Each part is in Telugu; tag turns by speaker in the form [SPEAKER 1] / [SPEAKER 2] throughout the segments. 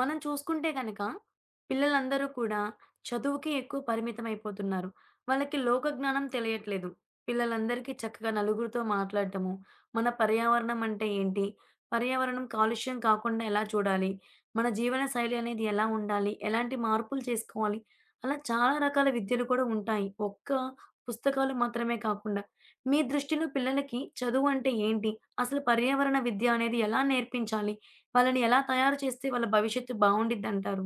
[SPEAKER 1] మనం చూసుకుంటే గనక పిల్లలందరూ కూడా చదువుకే ఎక్కువ పరిమితం అయిపోతున్నారు. వాళ్ళకి లోక జ్ఞానం తెలియట్లేదు. పిల్లలందరికీ చక్కగా నలుగురితో మాట్లాడటము, మన పర్యావరణం అంటే ఏంటి? పర్యావరణం కాలుష్యం కాకుండా ఎలా చూడాలి? మన జీవన శైలి అనేది ఎలా ఉండాలి? ఎలాంటి మార్పులు చేసుకోవాలి? అలా చాలా రకాల విద్యలు కూడా ఉంటాయి. ఒక్క పుస్తకాలు మాత్రమే కాకుండా. మీ దృష్టిలో పిల్లలకి చదువు అంటే ఏంటి? అసలు పర్యావరణ విద్య అనేది ఎలా నేర్పించాలి? వాళ్ళని ఎలా తయారు చేస్తే వాళ్ళ భవిష్యత్తు బావుండిద్దంటారు?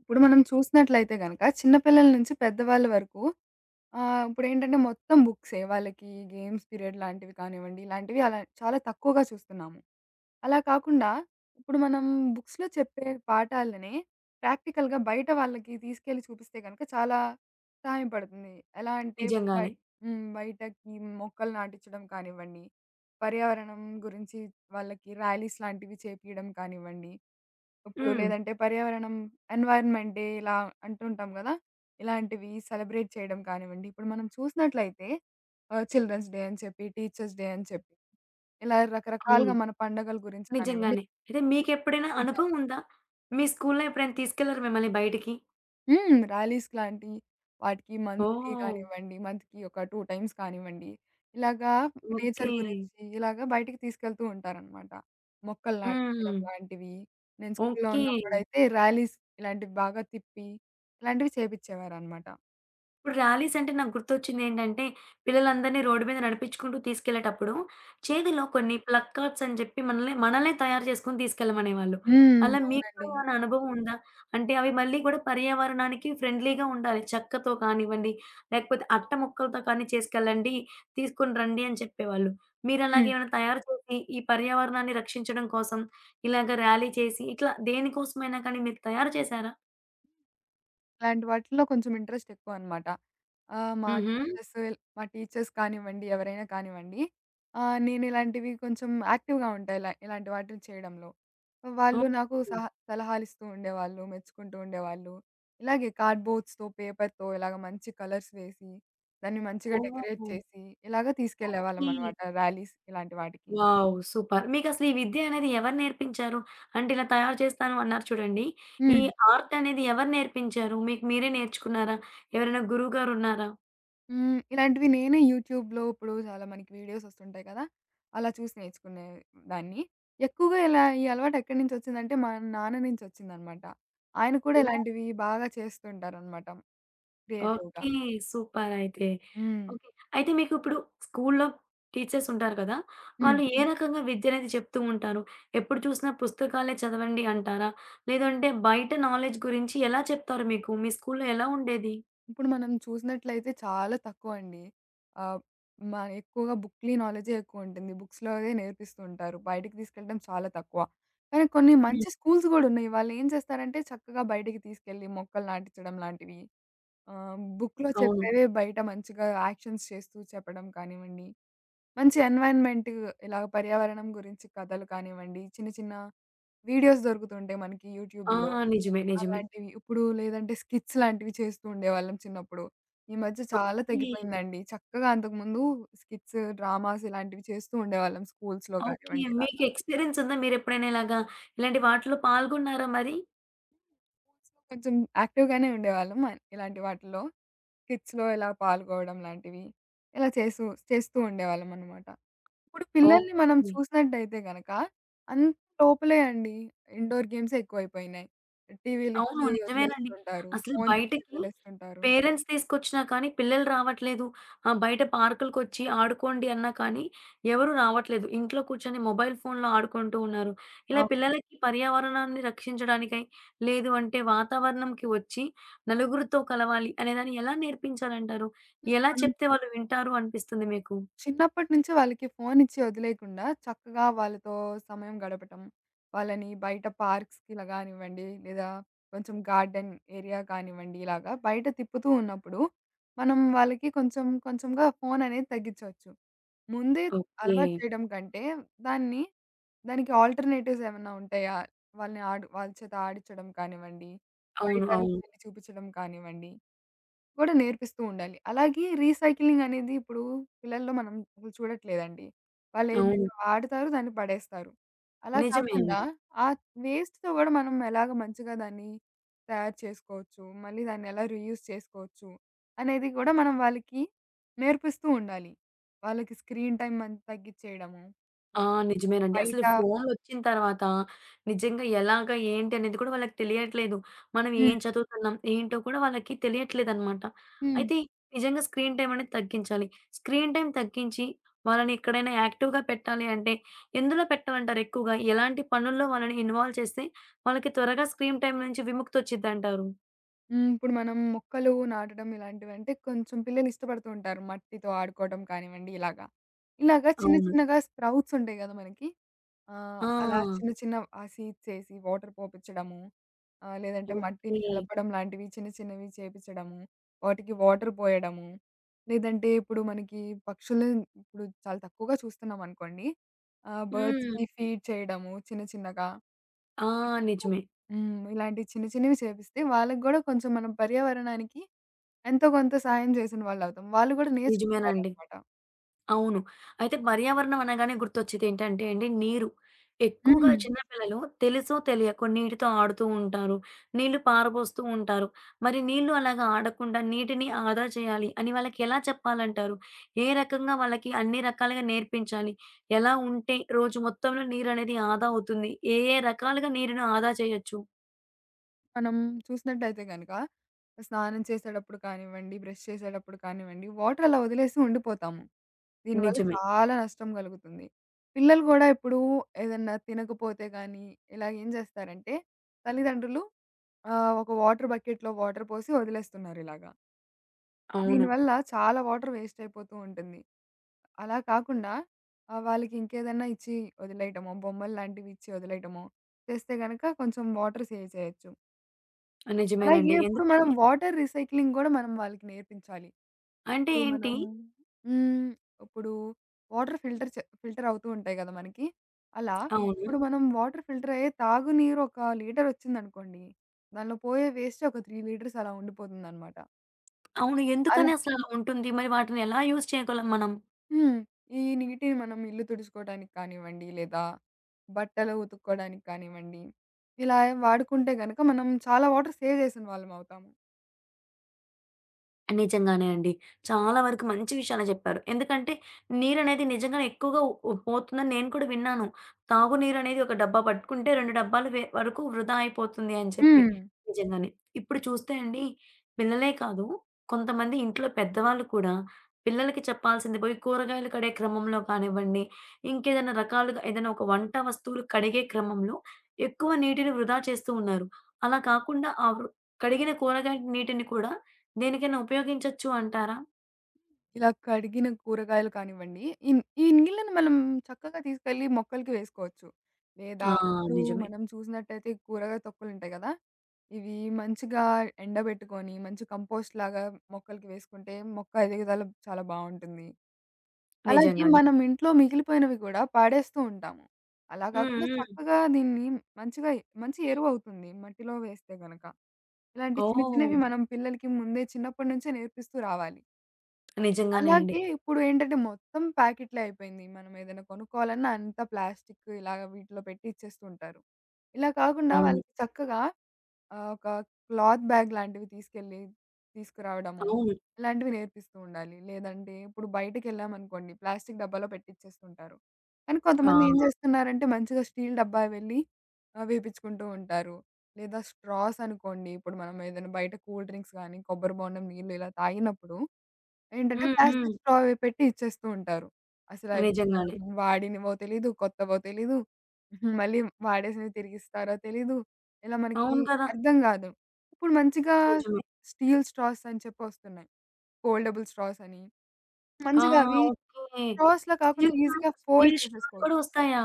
[SPEAKER 2] ఇప్పుడు మనం చూసినట్లయితే గనక చిన్నపిల్లల నుంచి పెద్దవాళ్ళ వరకు ఇప్పుడేంటంటే మొత్తం బుక్సే. వాళ్ళకి గేమ్స్ పీరియడ్ లాంటివి కానివ్వండి, ఇలాంటివి అలా చాలా తక్కువగా చూస్తున్నాము. అలా కాకుండా ఇప్పుడు మనం బుక్స్‌లో చెప్పే పాఠాలనే ప్రాక్టికల్‌గా బయట వాళ్ళకి తీసుకెళ్ళి చూపిస్తే గనక చాలా సహాయపడుతుంది. ఎలా అంటే బయ
[SPEAKER 1] నిజంగానే.
[SPEAKER 2] హ్మ్. బయటకి మొక్కలు నాటించడం కానివ్వండి, పర్యావరణం గురించి వాళ్ళకి ర్యాలీస్ లాంటివి చేపియడం కానివ్వండి. ఇప్పుడు
[SPEAKER 1] హ్మ్.
[SPEAKER 2] లేదంటే పర్యావరణం ఎన్వైర్న్‌మెంట్ డే ఇలా అంటుంటాం గదా! ఇలాంటివి సెలబ్రేట్ చేయడం కానివ్వండి. ఇప్పుడు మనం చూసినట్లయితే చిల్డ్రన్స్ డే అని చెప్పి, టీచర్స్ డే అని చెప్పి ఇలా
[SPEAKER 1] అవును.
[SPEAKER 2] రకరకాలుగా మన పండగల గురించి కానివ్వండి.
[SPEAKER 1] నిజంగానే. అయితే మీకెప్పుడైనా అనుభవం ఉందా? మీ స్కూల్‌లో ఎప్పుడైనా తీసుకెళ్లారా మిమ్మల్ని బయటికి?
[SPEAKER 2] హ్మ్. ర్యాలీస్ లాంటియి వాటికి మంత్లీ
[SPEAKER 1] ఓహ్!
[SPEAKER 2] కానివ్వండి, మంత్‌కి ఒక 2 టైమ్స్ కానివ్వండి, ఇలాగా
[SPEAKER 1] ఓకే.
[SPEAKER 2] నేచర్ గురించి ఇలాగా బయటికి తీసుకెళ్తూ ఉంటారనమాట. మొక్కలు
[SPEAKER 1] హ్మ్.
[SPEAKER 2] నాటించడం లాంటివి. నేను స్కూల్‌లో
[SPEAKER 1] ఓకే.
[SPEAKER 2] ఉన్నప్పుడైతే ర్యాలీస్ ఇలాంటివి బాగా తిప్పి, ఇలాంటివి చేపిచ్చేవారనమాట.
[SPEAKER 1] ఇప్పుడు ర్యాలీస్ అంటే నాకు గుర్తొచ్చిందేంటంటే, పిల్లలందరినీ రోడ్డు మీద నడిపించుకుంటూ తీసుకెళ్ళేటప్పుడు, చేతిలో కొన్ని ప్లగ్ కార్డ్స్ అని చెప్పి మనల్నే తయారు చేసుకొని తీసుకెళ్ళమనేవాళ్ళు.
[SPEAKER 2] హ్మ్.
[SPEAKER 1] అలా మీకు కూడా
[SPEAKER 2] అవునండి.
[SPEAKER 1] ఏమైనా అనుభవం ఉందా? అంటే అవి మళ్ళీ కూడా పర్యావరణానికి ఫ్రెండ్లీగా ఉండాలి. చెక్కతో కానివ్వండి, లేకపోతే అట్ట ముక్కలతో కానీ చేసుకెళ్ళండి, తీసుకొని రండి అని చెప్పేవాళ్ళు.
[SPEAKER 2] హ్మ్.
[SPEAKER 1] మీరలాగేమైనా తయారు చేసి, ఈ పర్యావరణాన్ని రక్షించడం కోసం ఇలాగ ర్యాలీ చేసి, ఇట్లా దేనికోసమైనా కానీ మీరు తయారు చేశారా?
[SPEAKER 2] ఇలాంటి వాటిల్లో కొంచెం ఇంట్రెస్ట్ ఎక్కువనమాట. ఆహ్, మా హ్మ్.
[SPEAKER 1] హుహు.
[SPEAKER 2] మా టీచర్స్ కానివ్వండి, ఎవరైనా కానివ్వండి, నేనిలాంటివి కొంచెం యాక్టివ్‌గా ఉంటా ఇలా ఇలాంటి వాటిని చేయడంలో. వాళ్ళు నాకు
[SPEAKER 1] ఓకే.
[SPEAKER 2] సహ సలహాలిస్తూ ఉండేవాళ్ళు, మెచ్చుకుంటూ ఉండేవాళ్ళు. ఇలాగే కార్డ్‌బోర్డ్స్‌తో, పేపర్‌తో ఇలాగ మంచి కలర్స్ వేసి, దాన్ని మంచిగా
[SPEAKER 1] ఓహ్!
[SPEAKER 2] డెకరేట్ చేసి, ఇలాగ
[SPEAKER 1] ఓకే.
[SPEAKER 2] తీసుకెళ్ళేవాళ్ళమనమాట ర్యాలీస్ ఇలాంటి వాటికి.
[SPEAKER 1] వావ్! సూపర్. మీకసలు ఈ విద్య అనేది ఎవరు నేర్పించారు? అంటే ఇలా తయారు చేస్తాను అన్నారు చూడండి. ఈ
[SPEAKER 2] హ్మ్.
[SPEAKER 1] ఆర్ట్ అనేది ఎవరు నేర్పించారు? మీకు మీరే నేర్చుకున్నారా? ఎవరైనా గురువు గారున్నారా?
[SPEAKER 2] హ్మ్. ఇలాంటివి నేనే యూట్యూబ్‌లో ఇప్పుడు చాలా మనకి వీడియోస్ వస్తుంటాయి కదా! అలా చూసి నేర్చుకునే దాన్ని. ఎక్కువగా ఇలా ఈ అలవాటు ఎక్కడి నుంచి వచ్చిందంటే, మా నాన్న నుంచి వచ్చిందనమాట. ఆయన కూడా
[SPEAKER 1] ఓహ్!
[SPEAKER 2] ఇలాంటివి బాగా చేస్తుంటారనమాట క్రియేటివ్‌గా.
[SPEAKER 1] ఓకే. సూపర్ అయితే.
[SPEAKER 2] హ్మ్.
[SPEAKER 1] ఓకే. అయితే మీకు ఇప్పుడు స్కూల్లో టీచర్స్ ఉంటారు కదా!
[SPEAKER 2] హ్మ్.
[SPEAKER 1] వాళ్ళు ఏ రకంగా విద్య అనేది చెప్తూ ఉంటారు? ఎప్పుడు చూసినా పుస్తకాలే చదవండి అంటారా? లేదంటే బయట నాలెడ్జ్ గురించి ఎలా చెప్తారు మీకు? మీ స్కూల్లో ఎలా ఉండేది?
[SPEAKER 2] ఇప్పుడు మనం చూసినట్లయితే చాలా తక్కువండి. ఆహ్, మ ఎక్కువగా బుక్‌లీ నాలెడ్జే ఎక్కువుంటుంది. బుక్స్‌లోదే నేర్పిస్తూ ఉంటారు. బయటికి తీసుకెళ్ళడం చాలా తక్కువ. కానీ కొన్ని
[SPEAKER 1] హ్మ్.
[SPEAKER 2] మంచి స్కూల్స్ గూడా ఉన్నాయి. వాళ్ళేం చేస్తారంటే చక్కగా బయటికి తీసుకెళ్ళి మొక్కలు నాటించడం లాంటివి, బుక్‌లో
[SPEAKER 1] అవును.
[SPEAKER 2] చెప్పేవే బయట మంచిగా యాక్షన్స్ చేస్తూ చెప్పడం కానివ్వండి, మంచి ఎన్వైర్న్‌మెంట్ ఇలా పర్యావరణం గురించి కథలు కానివ్వండి, చిన్న చిన్న వీడియోస్ దొరుకుతుంటాయి మనకి
[SPEAKER 1] ఆ!
[SPEAKER 2] యూట్యూబ్‌లో.
[SPEAKER 1] నిజమే. నిజమే.
[SPEAKER 2] అలాంటివి ఇప్పుడు లేదంటే స్కిట్స్ లాంటివి చేస్తూ ఉండేవాళ్ళం చిన్నప్పుడు. ఈ మధ్య చాలా
[SPEAKER 1] ఓకే.
[SPEAKER 2] తగ్గిపోయిందండి. చక్కగా అంతకుముందు స్కిట్స్, డ్రామాస్ ఇలాంటివి చేస్తూ ఉండేవాళ్ళం స్కూల్స్‌లో
[SPEAKER 1] ఓకే.
[SPEAKER 2] కానివ్వండి
[SPEAKER 1] మీకు
[SPEAKER 2] ఇలాగా.
[SPEAKER 1] ఎక్స్‌పీరియన్స్ ఉందా? మీరెప్పుడైనా ఇలాగా ఇలాంటి వాటిలో పాల్గొన్నారా మరి?
[SPEAKER 2] Schools లో కొంచెం యాక్టివ్‌గానే ఉండేవాళ్ళం ఇలాంటి వాటిల్లో. స్కిట్స్‌లో ఇలా పాల్గొవడం లాంటివి ఇలా చేసు చేస్తూ ఉండేవాళ్ళమనమాట. ఇప్పుడు పిల్లల్ని మనం
[SPEAKER 1] ఓకే.
[SPEAKER 2] చూసినట్టయితే గనక, అంత లోపలే అండి. ఇండోర్ గేమ్సే ఎక్కువైపోయినాయి.
[SPEAKER 1] అవును.
[SPEAKER 2] టీవీలిచ్చి
[SPEAKER 1] నిజమేనండి.
[SPEAKER 2] వదిలేస్తుంటారు.
[SPEAKER 1] అసలు
[SPEAKER 2] ఫోన్స్ ఇచ్చి
[SPEAKER 1] బయటకి
[SPEAKER 2] వదిలేస్తుంటారు.
[SPEAKER 1] పేరెంట్స్ తీసుకొచ్చినా కానీ పిల్లలు రావట్లేదు. బయట పార్కులకొచ్చి ఆడుకోండి అన్నా కానీ ఎవరు రావట్లేదు. ఇంట్లో కూర్చొని మొబైల్ ఫోన్‌లో ఆడుకుంటూ ఉన్నారు. ఇలా
[SPEAKER 2] అవును.
[SPEAKER 1] పిల్లలకి పర్యావరణాన్ని రక్షించడానికై, లేదు అంటే వాతావరణంకి వచ్చి నలుగురితో కలవాలి అనేదాన్ని ఎలా నేర్పించాలంటారు? ఎలా
[SPEAKER 2] మనం
[SPEAKER 1] చెప్తే వాళ్ళు వింటారు అనిపిస్తుంది మీకు?
[SPEAKER 2] చిన్నప్పటి నుంచి వాళ్ళకి ఫోన్ ఇచ్చి వదిలేయకుండా చక్కగా వాళ్ళతో సమయం గడపటం. వాళ్ళని బయట పార్క్స్‌కి ఇలా గానివ్వండి, లేదా కొంచెం గార్డెన్ ఏరియా కానివ్వండి, ఇలాగా బయట తిప్పుతూ ఉన్నప్పుడు మనం వాళ్ళకి కొంచెం కొంచెంగా ఫోన్ అనేది తగ్గించొచ్చు. ముందే
[SPEAKER 1] ఓకే.
[SPEAKER 2] అలవాటు చేయడం కంటే దాన్ని, దానికి ఆల్టర్‌నేటివ్స్ ఏమన్నా ఉంటాయా? వాళ్ళ చేత ఆడించడం కానివ్వండి,
[SPEAKER 1] అవును. అవును.
[SPEAKER 2] బయటకెళ్ళి చూపించడం కానివ్వండి, కూడా నేర్పిస్తూ ఉండాలి. అలాగే రీసైక్లింగ్ అనేది ఇప్పుడు పిల్లల్లో మనం చూడట్లేదండి.
[SPEAKER 1] అవును.
[SPEAKER 2] వాళ్ళేదైనా వాడతారు, దాన్ని పడేస్తారు. అలా
[SPEAKER 1] నిజమే
[SPEAKER 2] కాకుండా
[SPEAKER 1] అండి.
[SPEAKER 2] ఆ వేస్ట్‌తో గూడా మనం ఎలాగ మంచిగా దాన్ని తయారు చేసుకోవచ్చు, మళ్ళీ దాన్ని ఎలా రీయూజ్ చేసుకోవచ్చు అనేది గూడా మనం వాళ్ళకి నేర్పిస్తూ ఉండాలి. వాళ్ళకి స్క్రీన్ టైమ్ అంత తగ్గిచ్చేయడము,
[SPEAKER 1] ఆ!
[SPEAKER 2] వాళ్ళకి
[SPEAKER 1] నిజమేనండి. అసలు
[SPEAKER 2] బయట.
[SPEAKER 1] ఫోన్‌లొచ్చిన తర్వాత నిజంగా ఎలాగ, ఏంటి అనేది కూడా వాళ్ళకి తెలియట్లేదు. మనం ఏం
[SPEAKER 2] హ్మ్.
[SPEAKER 1] చదువుతున్నాం, ఏంటో కూడా వాళ్ళకి తెలియట్లేదనమాట.
[SPEAKER 2] హ్మ్.
[SPEAKER 1] అయితే నిజంగా స్క్రీన్ టైమ్ అనేది తగ్గించాలి. స్క్రీన్ టైమ్ తగ్గించి వాళ్ళని ఎక్కడైనా యాక్టివ్‌గా పెట్టాలి అంటే ఎందులో పెట్టాలంటారు ఎక్కువగా? ఎలాంటి పనుల్లో వాళ్ళని ఇన్వాల్వ్ చేస్తే వాళ్ళకి త్వరగా స్క్రీన్ టైమ్ నుంచి విముక్తొచ్చిద్దంటారు?
[SPEAKER 2] హ్మ్. ఇప్పుడు మనం మొక్కలు నాటడం ఇలాంటివంటే కొంచెం పిల్లలు ఇష్టపడుతూ ఉంటారు. మట్టితో ఆడుకోవడం కానివ్వండి ఇలాగా. ఇలాగా చిన్న
[SPEAKER 1] అవును.
[SPEAKER 2] చిన్నగా స్ప్రౌట్స్ ఉంటాయి గదా మనకి!
[SPEAKER 1] ఆ!
[SPEAKER 2] అలా చిన్న చిన్న ఆ సీడ్స్ ఏసి వాటర్ పోపిచ్చడము. లేదంటే మట్టిని
[SPEAKER 1] ఓకే.
[SPEAKER 2] కలపడం లాంటివి చిన్న చిన్నవి చేపిచ్చడము. వాటికి వాటర్ పోయడము. లేదంటే ఇప్పుడు మనకి పక్షులని ఇప్పుడు చాలా తక్కువగా చూస్తున్నామనుకోండి.
[SPEAKER 1] హ్మ్.
[SPEAKER 2] బర్డ్స్‌కి ఫీడ్ చేయడము చిన్న చిన్నగా.
[SPEAKER 1] ఆ!
[SPEAKER 2] మరియు
[SPEAKER 1] నిజమే.
[SPEAKER 2] హ్మ్. ఇలాంటి చిన్న చిన్నవి చేపిస్తే వాళ్ళకి గూడా కొంచెం మనం పర్యావరణానికి ఎంతో కొంత సహాయం చేసిన వాళ్ళవుతాం. వాళ్ళు గూడా
[SPEAKER 1] నిజమేనండి.
[SPEAKER 2] నేర్చుకుంటారనమాట.
[SPEAKER 1] అవును. అయితే పర్యావరణం అనగానే గుర్తొచ్చేదేంటంటే అండి నీరు. ఎక్కువగా
[SPEAKER 2] హ్మ్.
[SPEAKER 1] చిన్న పిల్లలు తెలుసో తెలియకో నీటితో ఆడుతూ ఉంటారు. నీళ్లు పారబోస్తూ ఉంటారు. మరి నీళ్లు అలాగా ఆడకుండా నీటిని ఆదా చేయాలి అని వాళ్ళకెలా చెప్పాలంటారు? ఏ రకంగా వాళ్ళకి అన్ని రకాలుగా నేర్పించాలి? ఎలా ఉంటే రోజు మొత్తంలో నీరనేది ఆదా అవుతుంది? ఏ ఏ రకాలుగా నీరుని ఆదా చేయొచ్చు?
[SPEAKER 2] మనం చూసినట్టయితే గనక స్నానం చేసేటప్పుడు కానివ్వండి, బ్రష్ చేసేటప్పుడు కానివ్వండి, వాటర్ అలా వదిలేసి ఉండిపోతాము. దీనివల్ల
[SPEAKER 1] నిజమే.
[SPEAKER 2] చాలా నష్టం కలుగుతుంది. పిల్లలు గూడా ఇప్పుడు ఏదన్నా తినకపోతే గానీ, ఇలా ఏం చేస్తారంటే తల్లిదండ్రులు ఒక వాటర్ బకెట్‌లో వాటర్ పోసి వదిలేస్తున్నారిలాగ.
[SPEAKER 1] అవును.
[SPEAKER 2] దీనివల్ల చాలా వాటర్ వేస్ట్ అయిపోతూ ఉంటుంది. అలా కాకుండా వాళ్ళకి ఇంకేదన్నా ఇచ్చి వదిలేయటమో, బొమ్మలు లాంటివి ఇచ్చి వదిలేయటమో చేస్తే గనక కొంచెం వాటర్ సేవ్ చేయొచ్చు. అలాగే
[SPEAKER 1] నిజమేనండి.
[SPEAKER 2] ఇప్పుడు మనం
[SPEAKER 1] ఎందుకంటే
[SPEAKER 2] వాటర్ రీసైక్లింగ్ గూడా మనం వాళ్ళకి నేర్పించాలి.
[SPEAKER 1] అంటే
[SPEAKER 2] ఇప్పుడు మనం.
[SPEAKER 1] ఏంటి
[SPEAKER 2] హ్మ్. ఇప్పుడు వాటర్ ఫిల్టర్ చే ఫిల్టర్ అవుతూ ఉంటాయి గదా మనకి! అలా
[SPEAKER 1] అవును.
[SPEAKER 2] ఇప్పుడు మనం వాటర్ ఫిల్టర్ అయ్యే తాగునీరు ఒక లీటర్ వచ్చిందనుకోండి. దానిలో పోయే వేస్ట్ ఒక 3 లీటర్స్ అలా ఉండిపోతుందన్నమాట.
[SPEAKER 1] అవును.
[SPEAKER 2] అలా
[SPEAKER 1] ఎందుకని అసలలా ఉంటుంది? మరి వాటిని ఎలా యూజ్ చేయగలం మనం?
[SPEAKER 2] హ్మ్. ఈ నీటిని మనం ఇల్లు తుడుచుకోవడానికి కానివ్వండి, లేదా బట్టలు ఉతుక్కోవడానికి కానివ్వండి, ఇలా వాడుకుంటే గనక మనం చాలా వాటర్ సేవ్ చేసిన వాళ్ళమవుతాము.
[SPEAKER 1] నిజంగానే అండి. చాలా వరకు మంచి విషయాలే చెప్పారు. ఎందుకంటే నీరనేది నిజంగానే ఎక్కువగా ఉ ఉ- పోతుందని నేను కూడా విన్నాను. తాగునీరనేది ఒక డబ్బా పట్టుకుంటే 2 డబ్బాల వరకు వృధా అయిపోతుంది అని చెప్పి.
[SPEAKER 2] హ్మ్.
[SPEAKER 1] నిజంగానే. ఇప్పుడు చూస్తే అండి పిల్లలే కాదు కొంతమంది ఇంట్లో పెద్దవాళ్ళు కూడా పిల్లలకి చెప్పాల్సింది పోయి కూరగాయలు కడిగే క్రమంలో కానివ్వండి, ఇంకేదైనా రకాలుగా ఏదైనా ఒక వంట వస్తువులు కడిగే క్రమంలో ఎక్కువ నీటిని వృధా చేస్తూ ఉన్నారు. అలా కాకుండా ఆ వృ కడిగిన కూరగాయల నీటిని కూడా దేనికైనా ఉపయోగించొచ్చు అంటారా?
[SPEAKER 2] ఇలా కడిగిన కూరగాయలు కానివ్వండి, ఈ నీళ్ళని మనం చక్కగా తీసుకెళ్ళి మొక్కలకి వేసుకోవచ్చు. లేదా
[SPEAKER 1] ఆ!
[SPEAKER 2] ఇప్పుడు
[SPEAKER 1] నిజమే.
[SPEAKER 2] మనం చూసినట్టయితే కూరగాయ తొక్కలుంటాయి గదా! ఇవి మంచిగా ఎండబెట్టుకొని, మంచి కంపోస్ట్‌లాగా మొక్కలకి వేసుకుంటే మొక్క ఎదుగుదల చాలా బావుంటుంది. అలాగే
[SPEAKER 1] నిజంగానే.
[SPEAKER 2] మనం ఇంట్లో మిగిలిపోయినవి కూడా పాడేస్తూ ఉంటాము. అలా
[SPEAKER 1] హ్మ్.
[SPEAKER 2] కాకుండా
[SPEAKER 1] హ్మ్.
[SPEAKER 2] చక్కగా దీన్ని మంచిగా మంచి ఎరువవుతుంది మట్టిలో వేస్తే గనక. ఇలాంటి చిన్న
[SPEAKER 1] ఓహ్!
[SPEAKER 2] చిన్నవి మనం పిల్లలకి ముందే చిన్నప్పటి నుంచే నేర్పిస్తూ రావాలి.
[SPEAKER 1] నిజంగానే అండి.
[SPEAKER 2] అలాగే ఇప్పుడు ఏంటంటే మొత్తం ప్యాకెట్లే అయిపోయింది. మనం ఏదైనా కొనుక్కోవాలన్నా అంతా ప్లాస్టిక్ ఇలా వీటిలో పెట్టి ఇచ్చేస్తూ ఉంటారు. ఇలా కాకుండా
[SPEAKER 1] అవును.
[SPEAKER 2] వాళ్ళకి చక్కగా ఆ! ఒక క్లాత్ బ్యాగ్ లాంటివి తీసుకెళ్ళి తీసుకురావడము,
[SPEAKER 1] అవును.
[SPEAKER 2] ఇలాంటివి నేర్పిస్తూ ఉండాలి. లేదంటే ఇప్పుడు బయటికెళ్ళామనుకోండి ప్లాస్టిక్ డబ్బాలో పెట్టిచ్చేస్తుంటారు. కానీ
[SPEAKER 1] ఆ!
[SPEAKER 2] కొంతమంది ఏం చేస్తున్నారంటే మంచిగా స్టీల్ డబ్బా వెళ్ళి వేపిచ్చుకుంటూ ఉంటారు. లేదా స్ట్రాస్ అనుకోండి ఇప్పుడు మనం ఏదైనా బయట కూల్ డ్రింక్స్ గానీ, కొబ్బరి బోండం నీళ్ళు ఇలా తాగినప్పుడు ఏంటంటే
[SPEAKER 1] హ్మ్. హ్మ్.
[SPEAKER 2] ప్లాస్టిక్ స్ట్రా అవి పెట్టి ఇచ్చేస్తూ ఉంటారు. అసలవి మనం
[SPEAKER 1] నిజంగానే.
[SPEAKER 2] వాడినవో తెలీదు, కొత్తవో తెలీదు. మళ్ళీ వాడేసినవి తిరిగిస్తారో తెలీదు. ఇలా మనకి
[SPEAKER 1] అవును కదా!
[SPEAKER 2] అర్థం కాదు. ఇప్పుడు మంచిగా
[SPEAKER 1] నిజమే.
[SPEAKER 2] స్టీల్ స్ట్రాస్ అని చెప్పి వస్తున్నాయి. ఫోల్డబుల్ స్ట్రాస్ అని.
[SPEAKER 1] ఆ!
[SPEAKER 2] మంచిగా అవి
[SPEAKER 1] ఓకే.
[SPEAKER 2] స్ట్రాస్‌లా కాకుండా
[SPEAKER 1] స్టీల్ స్ట్రా
[SPEAKER 2] ఈజీగా ఫోల్డ్
[SPEAKER 1] స్టీల్ స్ట్రాలు
[SPEAKER 2] చేసేసుకోవచ్చు.
[SPEAKER 1] కూడా వస్తాయా?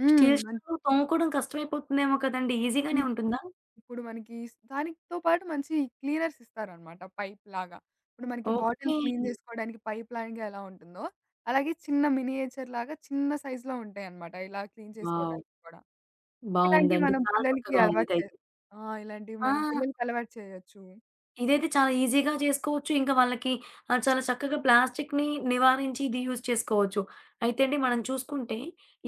[SPEAKER 2] హ్మ్.
[SPEAKER 1] స్టీల్
[SPEAKER 2] మన్
[SPEAKER 1] స్ట్రాలు తోముకోవడం కష్టమైపోతుందేమో కదండీ! ఈజీగానే ఉంటుందా?
[SPEAKER 2] ఇప్పుడు మనకి దానితో పాటు మంచి క్లీనర్స్ ఇస్తారనమాట పైప్‌లాగా. ఇప్పుడు మనకి బాటిల్
[SPEAKER 1] ఓకే.
[SPEAKER 2] క్లీన్ జేసుకోవడానికి పైప్‌లాగా ఎలా ఉంటుందో, అలాగే చిన్న మినియేచర్‌లాగా చిన్న సైజ్‌లో ఉంటాయనమాట ఇలా క్లీన్
[SPEAKER 1] వావ్!
[SPEAKER 2] చేసుకోవడానికి కూడా. ఇలాంటివి
[SPEAKER 1] బావుందండి.
[SPEAKER 2] మనం
[SPEAKER 1] చాలా
[SPEAKER 2] పిల్లలకి
[SPEAKER 1] చక్కగా ఉంది
[SPEAKER 2] అలవాటు చే
[SPEAKER 1] ఇదైతే.
[SPEAKER 2] ఆ! ఇలాంటివి
[SPEAKER 1] ఆ!
[SPEAKER 2] మనం పిల్లలకి అలవాటు చేయొచ్చు.
[SPEAKER 1] ఇదైతే చాలా ఈజీగా చేసుకోవచ్చు. ఇంకా వాళ్ళకి చాలా చక్కగా ప్లాస్టిక్‌ని నివారించి ఇది యూజ్ చేసుకోవచ్చు. అయితే అండి మనం చూసుకుంటే,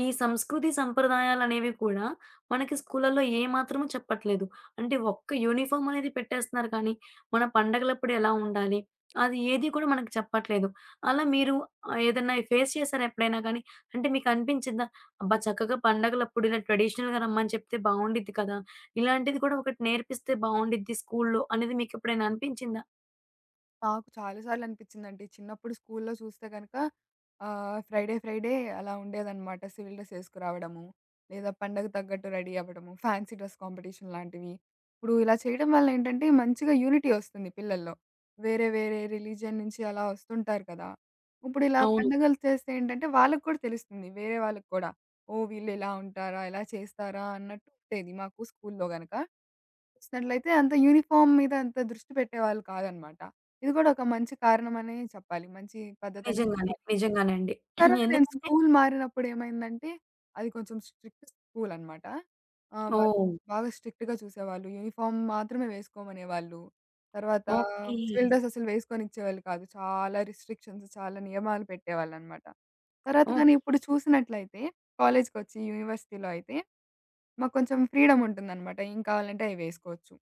[SPEAKER 1] ఈ సంస్కృతి సంప్రదాయాలనేవి కూడా మనకి స్కూళ్ళల్లో ఏమాత్రము చెప్పట్లేదు. అంటే ఒక్క యూనిఫార్మ్ అనేది పెట్టేస్తున్నారు కానీ, మన పండగలప్పుడు ఎలా ఉండాలి? అది ఏది కూడా మనకు చెప్పట్లేదు. అలా మీరు ఏదన్నా ఫేస్ చేసారా ఎప్పుడైనా గానీ? అంటే మీకు అనిపించిందా? అబ్బా! చక్కగా పండగలప్పుడు ఇలా ట్రెడిషనల్‌గా రమ్మని చెప్తే బావుండిద్ది కదా! ఇలాంటిది కూడా ఒకటి నేర్పిస్తే బావుండిద్ది స్కూల్లో అనేది మీకెప్పుడైనా అనిపించిందా?
[SPEAKER 2] నాకు చాలా సార్లు అనిపించిందండి. చిన్నప్పుడు స్కూల్‌లో చూస్తే గనక ఫ్రైడే అలా ఉండేదనమాట. సివిల్ డ్రెస్ ఏసుకురావడము. లేదా పండగకు తగ్గట్టు రెడీ అవ్వడము. ఫ్యాన్సీ డ్రెస్ కాంపిటీషన్ లాంటివి. ఇప్పుడు ఇలా చేయడం వల్ల ఏంటంటే మంచిగా యూనిటీ వస్తుంది పిల్లల్లో. వేరే వేరే రిలీజియన్ నుంచి అలా వస్తుంటారు కదా! ఇప్పుడు ఇలా
[SPEAKER 1] అవును.
[SPEAKER 2] పండుగలు చేస్తే ఏంటంటే వాళ్ళకి కూడా తెలుస్తుంది. వేరే వాళ్ళకి కూడా. ఓహ్! వీళ్ళు ఇలా ఉంటారా? ఇలా చేస్తారా? అన్నట్టు ఉండేది మాకు స్కూల్‌లో గనక. చూసినట్లయితే అంత యూనిఫార్మ్ మీద అంత దృష్టి పెట్టేవాళ్ళు కాదనమాట. ఇది కూడా ఒక మంచి కారణమనే చెప్పాలి. మంచి పద్ధతనే
[SPEAKER 1] నిజంగానే.
[SPEAKER 2] చెప్పాలి.
[SPEAKER 1] నిజంగానే అండి.
[SPEAKER 2] తర్వాత నేను
[SPEAKER 1] ఎందుకంటే
[SPEAKER 2] స్కూల్ మారినప్పుడు ఏమైందంటే, అది కొంచెం స్ట్రిక్ట్ స్కూలనమాట. వాళ్ళు
[SPEAKER 1] ఓహ్!
[SPEAKER 2] బాగా స్ట్రిక్ట్‌గా చూసేవాళ్ళు. యూనిఫార్మ్ మాత్రమే వేసుకోమనేవాళ్ళు. తర్వాత
[SPEAKER 1] ఓకే.
[SPEAKER 2] సివిల్ డ్రెస్ అసలు వేసుకొనిచ్చేవాళ్ళు కాదు. చాలా రిస్ట్రిక్షన్స్, చాలా నియమాలు పెట్టేవాళ్ళనమాట. తర్వాత కానీ ఇప్పుడు చూసినట్లయితే కాలేజ్‌కొచ్చి యూనివర్సిటీలో అయితే, మాకు కొంచెం ఫ్రీడమ్ ఉంటుందనమాట. ఏం కావాలంటే అయి వేసుకోవచ్చు.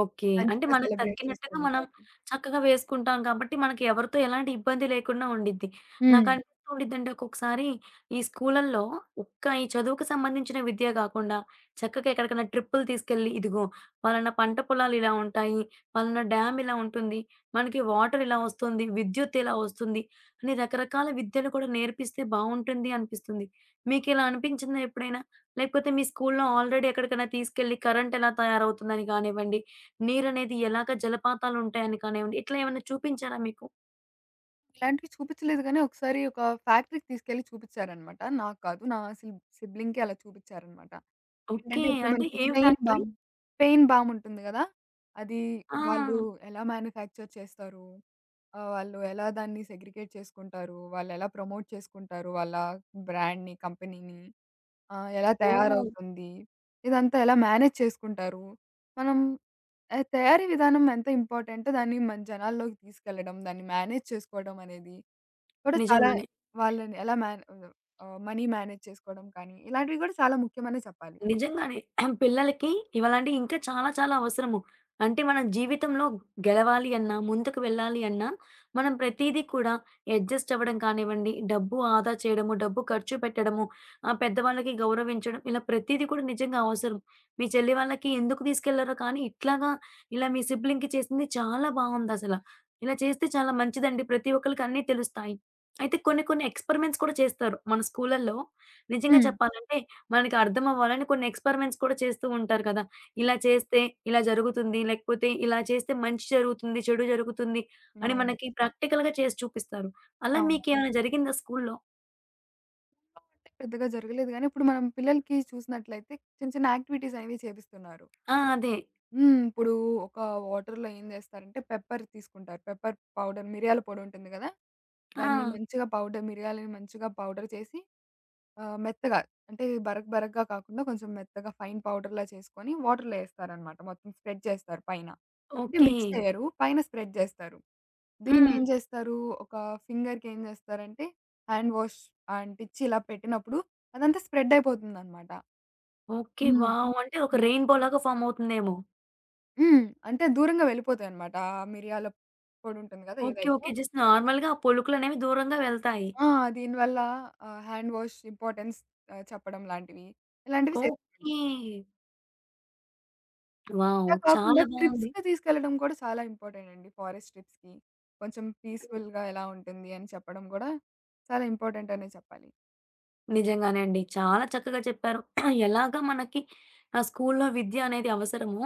[SPEAKER 1] ఓకే. అంటే
[SPEAKER 2] మంచిగా
[SPEAKER 1] మనకు
[SPEAKER 2] సెలబ్రేట్ చేస్తూ
[SPEAKER 1] తగ్గినట్టుగా మనం
[SPEAKER 2] ఉంటారు.
[SPEAKER 1] చక్కగా వేసుకుంటాం కాబట్టి, మనకి ఎవరితో ఎలాంటి ఇబ్బంది లేకుండా ఉండిద్ది. నాకు
[SPEAKER 2] హ్మ్.
[SPEAKER 1] అనిపిస్తూ ఉండిద్దండి ఒక్కొక్కసారి ఈ స్కూలల్లో ఒక్క ఈ చదువుకు సంబంధించిన విద్యే గాకుండా, చక్కగా ఎక్కడికైనా ట్రిప్పులు తీసుకెళ్ళి, ఇదిగో పలానా పంట పొలాలు ఇలా ఉంటాయి, పలానా డ్యామ్ ఇలా ఉంటుంది, మనకి వాటర్ ఇలా వస్తుంది, విద్యుత్ ఇలా వస్తుంది, అని రకరకాల విద్యలు కూడా నేర్పిస్తే బావుంటుంది అనిపిస్తుంది. మీకిలా అనిపించిందా ఎప్పుడైనా? లేకపోతే మీ స్కూలులో ఆల్రెడీ ఎక్కడికైనా తీసుకెళ్ళి కరెంట్ ఎలా తయారవుతుందని గానివ్వండి, నీరనేది ఎలాగ జలపాతాలుంటాయని కానివ్వండి, ఇట్లా ఏమన్నా చూపించారా మీకు?
[SPEAKER 2] ఇలాంటివి చూపించలేదు గానీ, ఒకసారి ఒక ఫ్యాక్టరీకి తీసుకెళ్ళి చూపించారనమాట. నాకు కాదు. నా సిబ్లింగ్‌కి అలా చూపించారనమాట.
[SPEAKER 1] ఓకే.
[SPEAKER 2] ఏంటంటే, ఇప్పుడు
[SPEAKER 1] అంటే
[SPEAKER 2] మనకి
[SPEAKER 1] ఏం ఫ్యాక్టరీ?
[SPEAKER 2] పెయిన్ బామ్ ఉంటుంది గదా! అది
[SPEAKER 1] ఆ!
[SPEAKER 2] వాళ్ళు ఎలా మ్యానుఫ్యాక్చర్ చేస్తారు? వాళ్ళు ఎలా దాన్ని సెగ్రిగేట్ చేసుకుంటారు? వాళ్ళెలా ప్రమోట్ చేసుకుంటారు? వాళ్ళ బ్రాండ్‌ని, కంపెనీని? ఆ! ఎలా
[SPEAKER 1] ఓహ్!
[SPEAKER 2] తయారవుతుంది? ఇదంతా ఎలా మేనేజ్ చేసుకుంటారు? మనం తయారీ విధానం ఎంత ఇంపార్టెంటో, దాన్ని మన జనాల్లోకి తీసుకెళ్లడం, దాన్ని మేనేజ్ చేసుకోవడం అనేది కూడా చాలా
[SPEAKER 1] నిజంగానే.
[SPEAKER 2] వాళ్ళని ఎలా మేనే మనీ మేనేజ్ చేసుకోవడం కానీ, ఇలాంటివి కూడా చాలా ముఖ్యమనే చెప్పాలి.
[SPEAKER 1] నిజంగానే.
[SPEAKER 2] ఎ
[SPEAKER 1] పిల్లలకి ఇవాళంటే ఇంకా చాలా చాలా అవసరము. అంటే మన జీవితంలో గెలవాలి అన్నా, ముందుకు వెళ్ళాలి అన్నా, మనం ప్రతీదీ కూడా అడ్జస్ట్ అవ్వడం కానివ్వండి, డబ్బు ఆదా చేయడము, డబ్బు ఖర్చు పెట్టడము, పెద్దవాళ్ళకి గౌరవించడం, ఇలా ప్రతీదీ కూడా నిజంగా అవసరం. మీ చెల్లి వాళ్ళకి ఎందుకు తీసుకెళ్లారో కానీ ఇట్లాగా ఇలా మీ సిబ్లింగ్‌కి చేసింది చాలా బావుందసల. ఇలా చేస్తే చాలా మంచిదండి. ప్రతి ఒక్కళ్ళకి అన్నీ తెలుస్తాయి. అయితే కొన్ని కొన్ని ఎక్స్‌పెరిమెంట్స్ కూడా చేస్తారు మన స్కూలల్లో. నిజంగా
[SPEAKER 2] హ్మ్.
[SPEAKER 1] చెప్పాలంటే మనకి అర్థం అవ్వాలని కొన్ని ఎక్స్‌పెరిమెంట్స్ కూడా చేస్తూ ఉంటారు కదా! ఇలా చేస్తే ఇలా జరుగుతుంది. లేకపోతే ఇలా చేస్తే మంచి జరుగుతుంది, చెడు జరుగుతుంది అని
[SPEAKER 2] అవును.
[SPEAKER 1] మనకి ప్రాక్టికల్‌గా చేసి చూపిస్తారు. అలా
[SPEAKER 2] అవునవును.
[SPEAKER 1] మీకేమైనా జరిగిందా స్కూల్‌లో?
[SPEAKER 2] పెద్దగా జరగలేదు గానీ, ఇప్పుడు మనం పిల్లలకి చూసినట్లయితే చిన్న చిన్న యాక్టివిటీస్ అనేవి చేపిస్తున్నారు.
[SPEAKER 1] ఆ! అదే.
[SPEAKER 2] హ్మ్. ఇప్పుడు ఒక వాటర్‌లో ఏం జేస్తారంటే పెప్పర్ తీసుకుంటారు. పెప్పర్ పౌడర్ మిరియాల పొడి ఉంటుంది గదా!
[SPEAKER 1] ఆ!
[SPEAKER 2] దాన్ని మంచిగా మిరియాలని మంచిగా పౌడర్ చేసి మెత్తగా, అంటే బరక బరకగా కాకుండా కొంచెం మెత్తగా ఫైన్ పౌడర్‌లా చేసుకొని వాటర్‌లో ఏస్తారనమాట. మొత్తం స్ప్రెడ్ చేస్తారు పైన. అంటే
[SPEAKER 1] ఓకే.
[SPEAKER 2] మిక్స్ చేయరు. పైన స్ప్రెడ్ జేస్తారు.
[SPEAKER 1] హ్మ్.
[SPEAKER 2] దీన్నేం జేస్తారు ఒక ఫింగర్‌కేం జేస్తారంటే హ్యాండ్ వాష్ అంటిచ్చి ఇలా పెట్టినప్పుడు అదంతా స్ప్రెడ్ అయిపోతుందనమాట.
[SPEAKER 1] ఓకే.
[SPEAKER 2] హ్మ్.
[SPEAKER 1] వావ్! అంటే ఒక రెయిన్‌బో లాగా ఫార్మ్ అవుతుందేమో.
[SPEAKER 2] హ్మ్. అంటే దూరంగా వెళ్ళిపోతాయన్నమాట. ఆ మిరియాల పొడుంటుంది గదా
[SPEAKER 1] ఓకే.
[SPEAKER 2] ఏదైతే!
[SPEAKER 1] ఓకే. జస్ట్ నార్మల్‌గా ఆ పొలుకులనేవి దూరంగా వెళ్తాయి.
[SPEAKER 2] ఆ! దీనివల్ల హ్యాండ్ వాష్ ఇంపార్టెన్స్ చెప్పడం లాంటివి, ఇలాంటివి చేస్తాను.
[SPEAKER 1] ఓకే. వావ్!
[SPEAKER 2] ఇలా కాకుండా
[SPEAKER 1] చాలా బావుంది.
[SPEAKER 2] ట్రిప్స్‌కి తీసుకెళ్ళడం కూడా చాలా ఇంపార్టెంట్ అండి. ఫారెస్ట్ ట్రిప్స్‌కి. కొంచెం పీస్‌ఫుల్‌గా ఎలా ఉంటుంది అని చెప్పడం గూడా చాలా ఇంపార్టెంట్ అనే చెప్పాలి.
[SPEAKER 1] నిజంగానే అండి. చాలా చక్కగా చెప్పారు. ఎలాగా మనకి స్కూల్లో విద్య అనేది అవసరమో,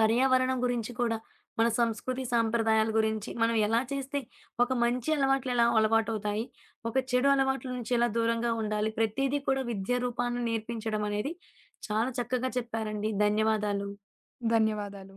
[SPEAKER 1] పర్యావరణం గురించి కూడా, మన సంస్కృతి సాంప్రదాయాల గురించి, మనం ఎలా చేస్తే ఒక మంచి అలవాట్లు ఎలా అలవాటవుతాయి, ఒక చెడు అలవాట్ల నుంచి ఎలా దూరంగా ఉండాలి, ప్రతీదీ కూడా విద్యా రూపాన నేర్పించడం అనేది చాలా చక్కగా చెప్పారండి. ధన్యవాదాలు.
[SPEAKER 2] ధన్యవాదాలు.